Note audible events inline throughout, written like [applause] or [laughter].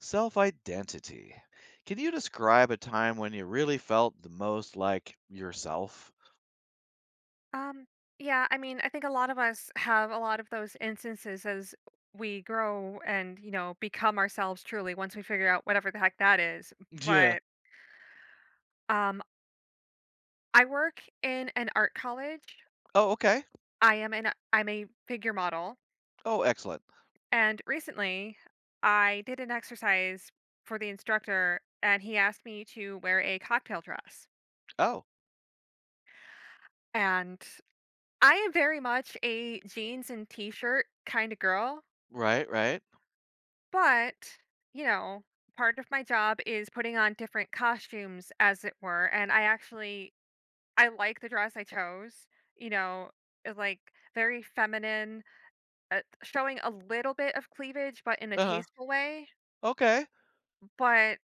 Self identity. Can you describe a time when you really felt the most like yourself? Um, yeah, I mean, I think a lot of us have a lot of those instances as we grow and, you know, become ourselves truly once we figure out whatever the heck that is. Yeah. But um I work in an art college. Oh, okay. I am an I'm a figure model, Oh, excellent. and recently I did an exercise for the instructor and he asked me to wear a cocktail dress. Oh, And I am very much a jeans and t-shirt kind of girl. right, right. But, you know, part of my job is putting on different costumes, as it were, and I like the dress I chose, you know, uh, like, very feminine, showing a little bit of cleavage, but in a Uh huh. tasteful way, Okay. but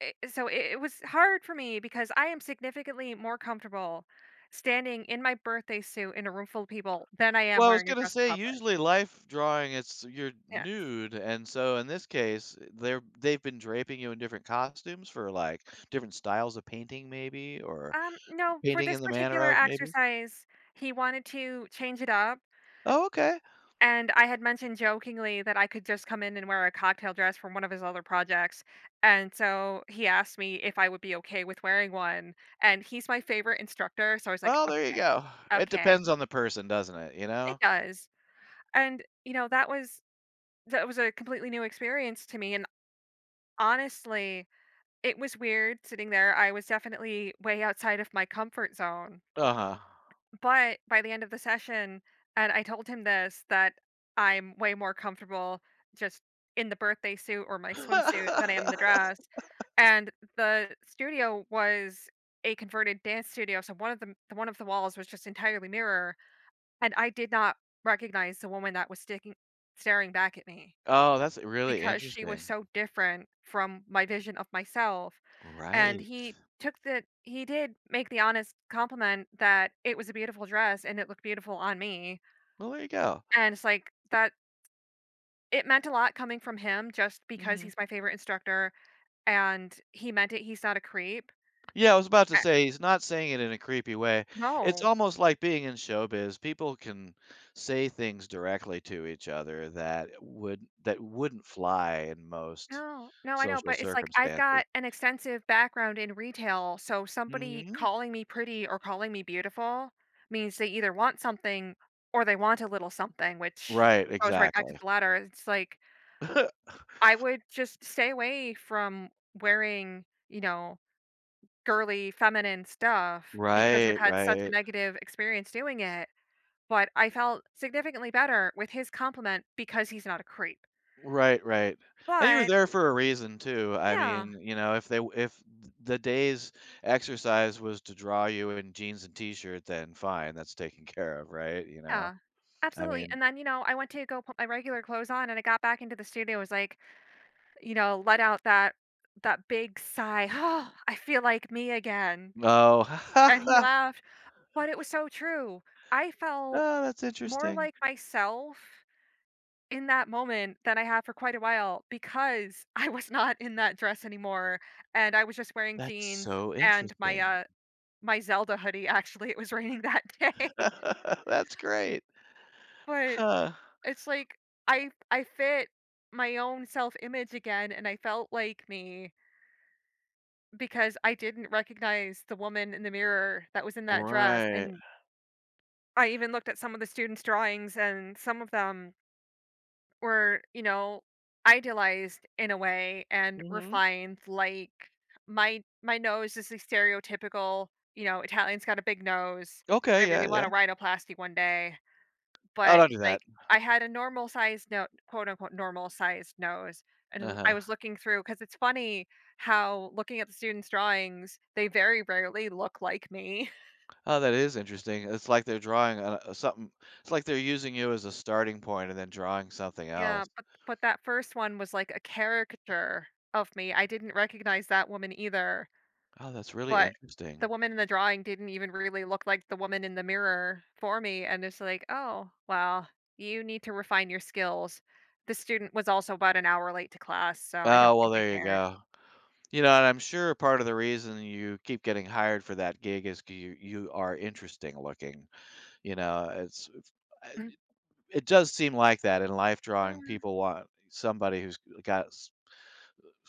it so it was hard for me because I am significantly more comfortable standing in my birthday suit in a room full of people than I am Well, I was wearing a gonna dress in say public. usually life drawing it's you're Yes. nude, and so in this case they've been draping you in different costumes for like different styles of painting, maybe, or No, for painting this in the manner particular of maybe. exercise, he wanted to change it up. Oh, okay. And I had mentioned jokingly that I could just come in and wear a cocktail dress from one of his other projects, and so he asked me if I would be okay with wearing one, and he's my favorite instructor, so I was like, Well, there you "Okay, go. It okay, depends on the person, doesn't it? You know. it does." And, you know, that was a completely new experience to me, and honestly, it was weird sitting there, I was definitely way outside of my comfort zone. Uh huh. But by the end of the session and I told him this, that I'm way more comfortable just in the birthday suit or my swimsuit than I am in the [laughs] dress, and the studio was a converted dance studio, so one of the walls was just entirely mirror, and I did not recognize the woman that was sticking staring back at me Oh, that's really because she was interesting. so different from my vision of myself, and Right. He did make the honest compliment that it was a beautiful dress and it looked beautiful on me, Well, there you go. and it's like that it meant a lot coming from him just because Mhm. he's my favorite instructor and he meant it, he's not a creep. Yeah, I was about to Eh, say he's not saying it in a creepy way. It's no. almost like being in showbiz. People can say things directly to each other that wouldn't fly in most No, no, I know, social but it's like I've circumstances. got an extensive background in retail, so somebody Mhm. calling me pretty or calling me beautiful means they either want something or they want a little something, which Right, goes right back to exactly. the latter. It's like [laughs] I would just stay away from wearing, you know, girly feminine stuff because I've Right, had such a right. negative experience doing it, but I felt significantly better with his compliment because he's not a creep. Right, right. And you were But there for a reason too. I [laughs] yeah, mean, if the day's exercise was to draw you in jeans and t-shirt, then fine, that's taken [laughs] care of, right? You know. yeah. I Absolutely. mean, And then, you know, I went to go put my regular clothes on and I got back into the studio, was like, you know, let out that big sigh, [sighs] oh, I feel like me again. oh, And he [laughs] laughed. But it was so true. I felt oh, that's more interesting. like myself in that moment that I have for quite a while because [laughs] I was not in that dress anymore and I was just wearing That's jeans so and my interesting. My Zelda hoodie actually [laughs] it was raining that day [laughs] That's great. [laughs] but Huh. it's like I fit my own self image again and I felt like me because I didn't recognize the woman in the mirror that was in that dress. Right. And I even looked at some of the students drawings and some of them were, you know, idealized in a way and Mhm. refined. Like, my nose is the stereotypical, you know, Italian's got a big nose. I Okay, really yeah, yeah. want a rhinoplasty one day, Oh, but don't do it's that. like I had a normal sized no quote unquote normal sized nose. Uh-huh. I was looking through because it's funny how looking at the students' drawings, they very rarely look like me. [laughs] Oh, that is interesting. It's like they're drawing on a something, it's like they're using you as a starting point and then drawing something Yeah, else. But that first one was like a caricature of me. I didn't recognize that woman either. Oh, that's really But interesting. the woman in the drawing didn't even really look like the woman in the mirror for me, and it's like, "Oh, well, you need to refine your skills." The student was also about an hour late to class, so I don't Oh, well, think they there you cared. go. And I'm sure part of the reason you keep getting hired for that gig is 'cause you are interesting looking. You know, it it does seem like that in life drawing. Mm. People want somebody who's got s-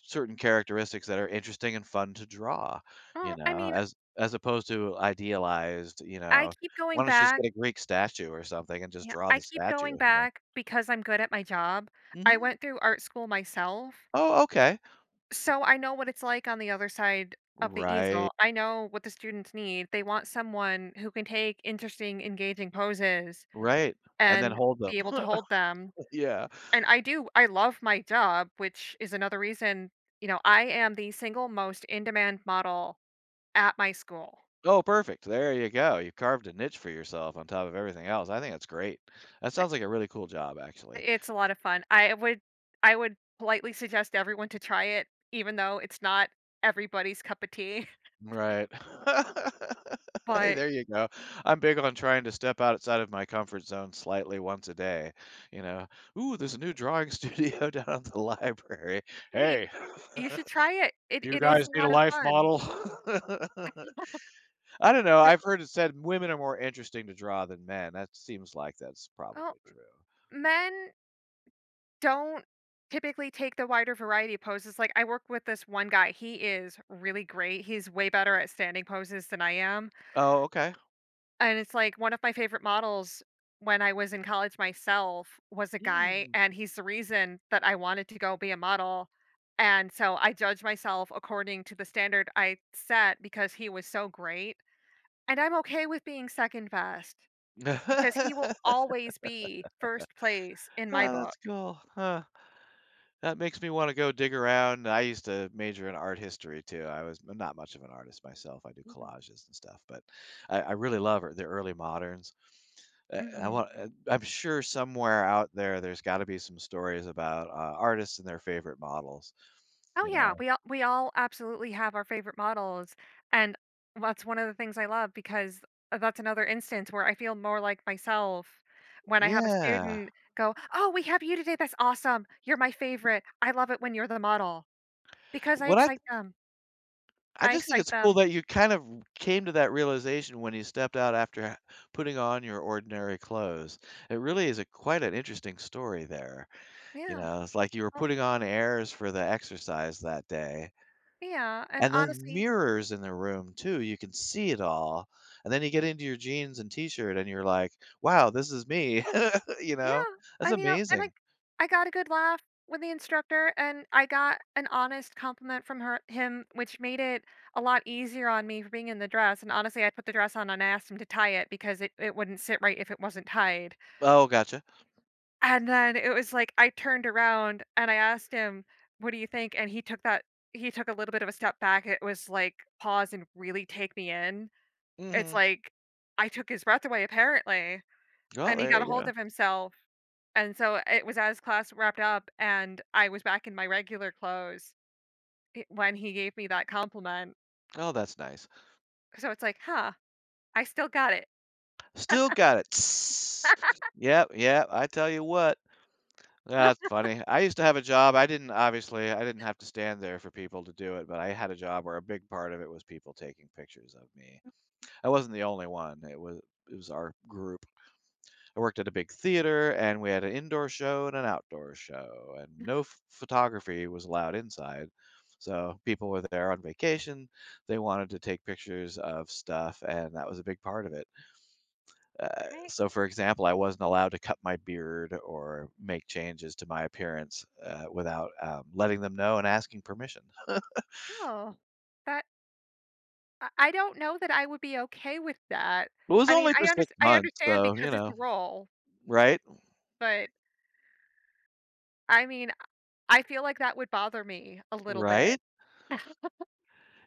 certain characteristics that are interesting and fun to draw, you Well, I know, mean, as opposed to idealized, you I know, keep going why don't you just back get a Greek statue or something and just yeah, draw I the keep statue, going you know? back because I'm good at my job. I Mhm. went through art school myself, Oh, okay. so I know what it's like on the other side of the Right, easel. I know what the students need. They want someone who can take interesting, engaging poses right, and then and hold them. be able to [laughs] hold them. Yeah. And I love my job, which is another reason, you know, I am the single most in-demand model at my school. Oh, perfect. There you go. You carved a niche for yourself on top of everything else. I think that's great. That I sounds like a really cool job, actually. It's a lot of fun. I would politely suggest everyone to try it, even though it's not everybody's cup of tea, [laughs] Right. [laughs] Hey, but, there you go. I'm big on trying to step outside of my comfort zone slightly once a day, you know. "Ooh, there's a new drawing studio [laughs] down at the library. I mean, Hey, [laughs] you should do try it. You It is guys a need a lot of life fun, model?" [laughs] I don't know, but, I've heard it said women are more interesting to draw than men. That seems like that's well, probably true. men don't typically take the wider variety of poses, like, I work with this one guy, he is really great, he's way better at standing poses than I am, Oh, okay. and it's, like, one of my favorite models when I was in college myself was a guy, Mm. and he's the reason that I wanted to go be a model, and so I judge myself according to the standard I set because he was so great, and I'm okay with being second best because he [laughs] will always be 1st place in my Oh, that's book. cool, huh. That makes me wanna go dig around. I used to major in art history too. I'm not much of an artist myself. I do Mhm. collages and stuff, but I really love the early moderns. I Mhm. want. I'm sure somewhere out there, there's got to be some stories about artists and their favorite models. Oh You yeah, know? We all absolutely have our favorite models, and that's one of the things I love because that's another instance where I feel more like myself when I have a Yeah. student go, "Oh, we have you today. That's awesome. You're my favorite. I love it when you're the model." Because I What excite them. I I just think excite it's cool them. that you kind of came to that realization when you stepped out after putting on your ordinary clothes. It really is a quite an interesting story there. You Yeah. know, it's like you were Well, putting on airs for the exercise that day. yeah, and And then honestly, mirrors in the room too, you can see it all. And then you get into your jeans and t-shirt and you're like, "Wow, this is me." [laughs] You yeah, know? That's and, you know, and amazing. I got a good laugh with the instructor, and I got an honest compliment from her him, which made it a lot easier on me for being in the dress, and honestly, I put the dress on and I asked him to tie it because it wouldn't sit right if it wasn't tied, Oh, gotcha. and then it was like I turned around and I asked him, "What do you think?" and he took a little bit of a step back, it was like, pause and really take me in. It's Mhm. like, I took his breath away apparently, Well, and he there got a you hold go. of himself. And so it was as class wrapped up and I was back in my regular clothes I when he gave me that compliment. Oh, that's nice. So it's like, "Huh, I still got it." Still got it. Tss. Yep, yep, I tell you what. That's funny. I used to have a job, I didn't obviously, I didn't have to stand there for people to do it, but I had a job where a big part of it was people taking pictures of me. I wasn't the only one. It was our group. I worked at a big theater and we had an indoor show and an outdoor show and no ph photography was allowed inside. So people were there on vacation. They wanted to take pictures of stuff and that was a big part of it. Uh, I so for example, I wasn't allowed to cut my beard or make changes to my appearance, without, letting them know and asking permission. know. That I don't know that I would be okay with that. It was I mean, only for 6 I months, understand so, you because it's know, a role, right? but I mean, I feel like that would bother me a little bit. Right?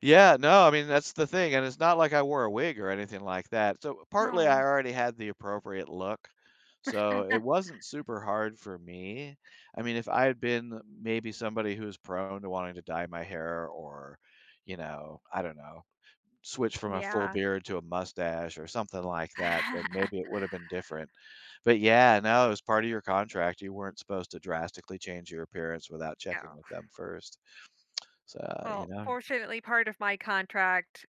Yeah, no, I mean, that's the thing, and it's not like I wore a wig or anything like that. So partly I No. already had the appropriate look, so it [laughs] wasn't super hard for me. I mean, if I had been maybe somebody who's prone to wanting to dye my hair, or, you know, I don't know, switch from a full Yeah. beard to a mustache or something like that, then maybe it [laughs] would have been different. But yeah, no, it was part of your contract. You weren't supposed to drastically change your appearance without checking Yeah. with them first. So, you Well, know, fortunately, part of my contract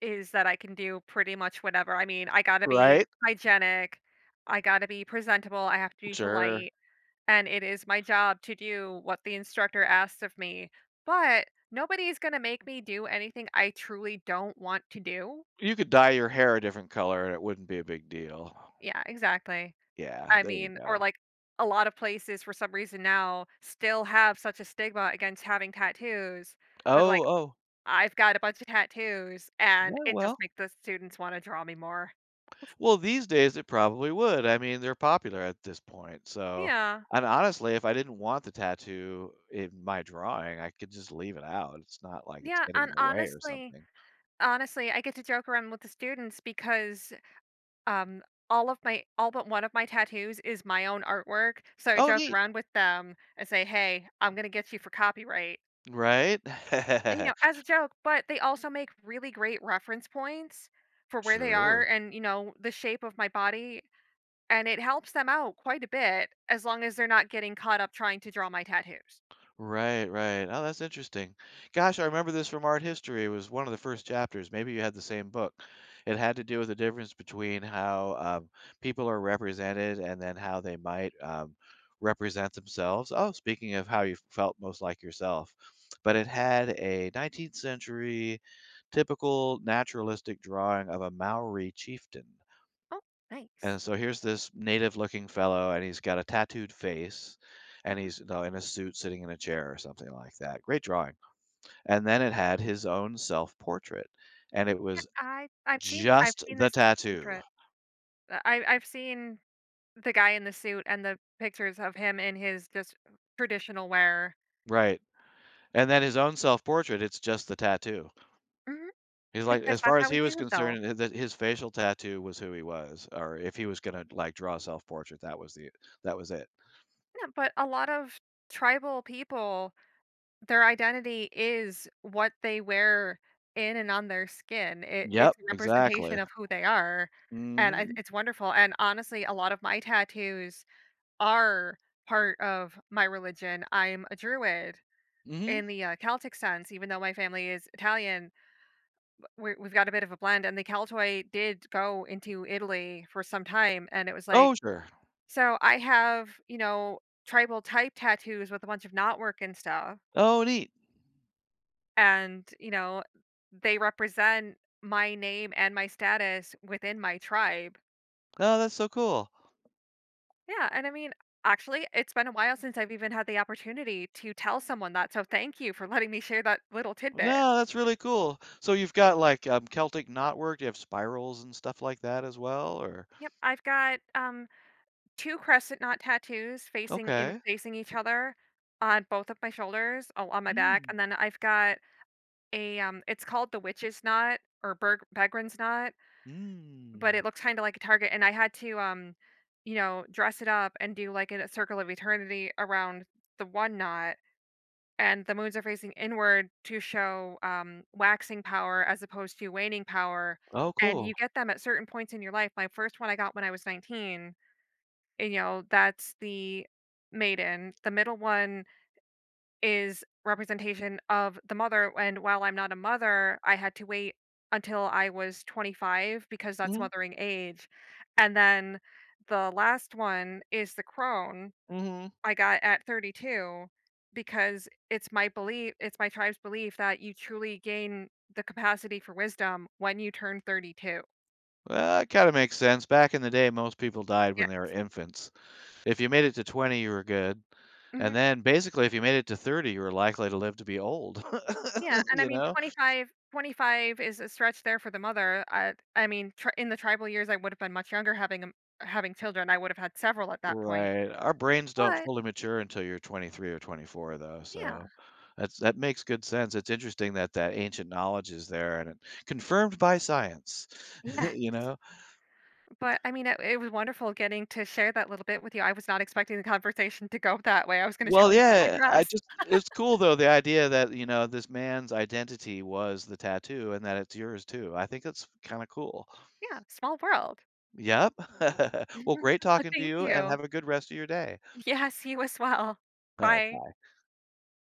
is that I can do pretty much whatever. I mean, I gotta be right? hygienic, I gotta be presentable, I have to be Sure. polite, and it is my job to do what the instructor asks of me, but nobody's gonna make me do anything I truly don't want to do. You could dye your hair a different color and it wouldn't be a big deal. Yeah, exactly. Yeah, I there you mean, or go. like a lot of places for some reason now still have such a stigma against having tattoos, but like Oh, oh. I've got a bunch of tattoos and Yeah, it just well makes the students want to draw me more. well, these days it probably would. I mean, they're popular at this point, so. Yeah. And honestly, if I didn't want the tattoo in my drawing, I could just leave it out. It's not like it's Yeah, getting in and the way or something. honestly, I get to joke around with the students because, um, all but one of my tattoos is my own artwork, so I Oh, joke neat. around with them and say, "Hey, I'm gonna get you for copyright," Right? you [laughs] know, as a joke, but they also make really great reference points for where they are Sure. and, you know, the shape of my body, and it helps them out quite a bit as long as they're not getting caught up trying to draw my tattoos. Right, right. Oh, that's interesting. Gosh, I remember this from art history. It was one of the first chapters. Maybe you had the same book. It had to do with the difference between how people are represented and then how they might represent themselves. Oh, speaking of how you felt most like yourself, but it had a 19th century typical naturalistic drawing of a Maori chieftain. Oh, nice. And so here's this native looking fellow, and he's got a tattooed face, and Mhm. he's, you know, in a suit sitting in a chair or something like that. Great drawing. And then it had his own self portrait, and it Yeah, was I've just seen the this tattoo. portrait. I've seen the guy in the suit and the pictures of him in his just traditional wear. Right. And then his own self portrait, it's just the tattoo. Mhm. He's like, Because as that's far as how he he was sees himself. concerned, that his facial tattoo was who he was, or if he was gonna like draw a self portrait, that was the that was it. Yeah, but a lot of tribal people, their identity is what they wear in and on their skin. Yep, It's a exactly. representation of who they are, and Hmm. it's wonderful. And honestly, a lot of my tattoos are part of my religion. I'm a druid Hmm. in the Celtic sense, even though my family is Italian. We're we've got a bit of a blend, and the Caltoy did go into Italy for some time, and it was like, Oh sure! "So I have, you know, tribal type tattoos with a bunch of knot work and stuff, Oh, neat. and, you know, they represent my name and my status within my tribe." Oh, that's so cool. Yeah, and I mean, actually, it's been a while since I've even had the opportunity to tell someone that, so thank you for letting me share that little tidbit. No, that's really cool. So you've got, like, Celtic knotwork, you have spirals and stuff like that as well, or. Yep, I've got, 2 crescent knot tattoos Okay. facing each other on both of my shoulders, oh, on my back, Mm. and then I've got a, it's called the witch's knot or Berg Begren's knot, but Mm. it looks kinda like a target, and I had to, you know, dress it up and do, like, a circle of eternity around the one knot, and the moons are facing inward to show, waxing power as opposed to waning power, Oh, and cool. you get them at certain points in your life. My first one I got when I was 19, you know, that's the maiden. The middle one is representation of the mother. And while I'm not a mother, I had to wait until I was 25 because that's Mhm, mothering age. And then the last one is the crone mhm. I got at 32 because it's my belief, it's my tribe's belief that you truly gain the capacity for wisdom when you turn 32. Well, it kinda makes sense. Back in the day, most people died Yeah. when they were infants. If you made it to 20, you were good, and Mhm. then, basically, if you made it to 30, you were likely to live to be old, Yeah, [laughs] and I you mean know? 25 is a stretch there for the mother. I mean, tr In the tribal years, I would have been much younger having children. I would have had several at that point. Right, our brains don't But fully mature until you're 23 or 24 though, yeah, so that makes good sense. It's interesting that that ancient knowledge is there and it confirmed by science, yeah. [laughs] you know? But I mean, it was wonderful getting to share that little bit with you. I was not expecting the conversation to go that way. I was gonna Well, tell you about my yeah, I dress. just it's cool though, the idea that, you know, this man's identity was the tattoo and that it's yours too. I think it's kinda cool. Yeah, small world. Yep. [laughs] Well, great [laughs] But talking to thank you, and you. have a good rest of your day. Yes, you as well. Alright, Bye. bye.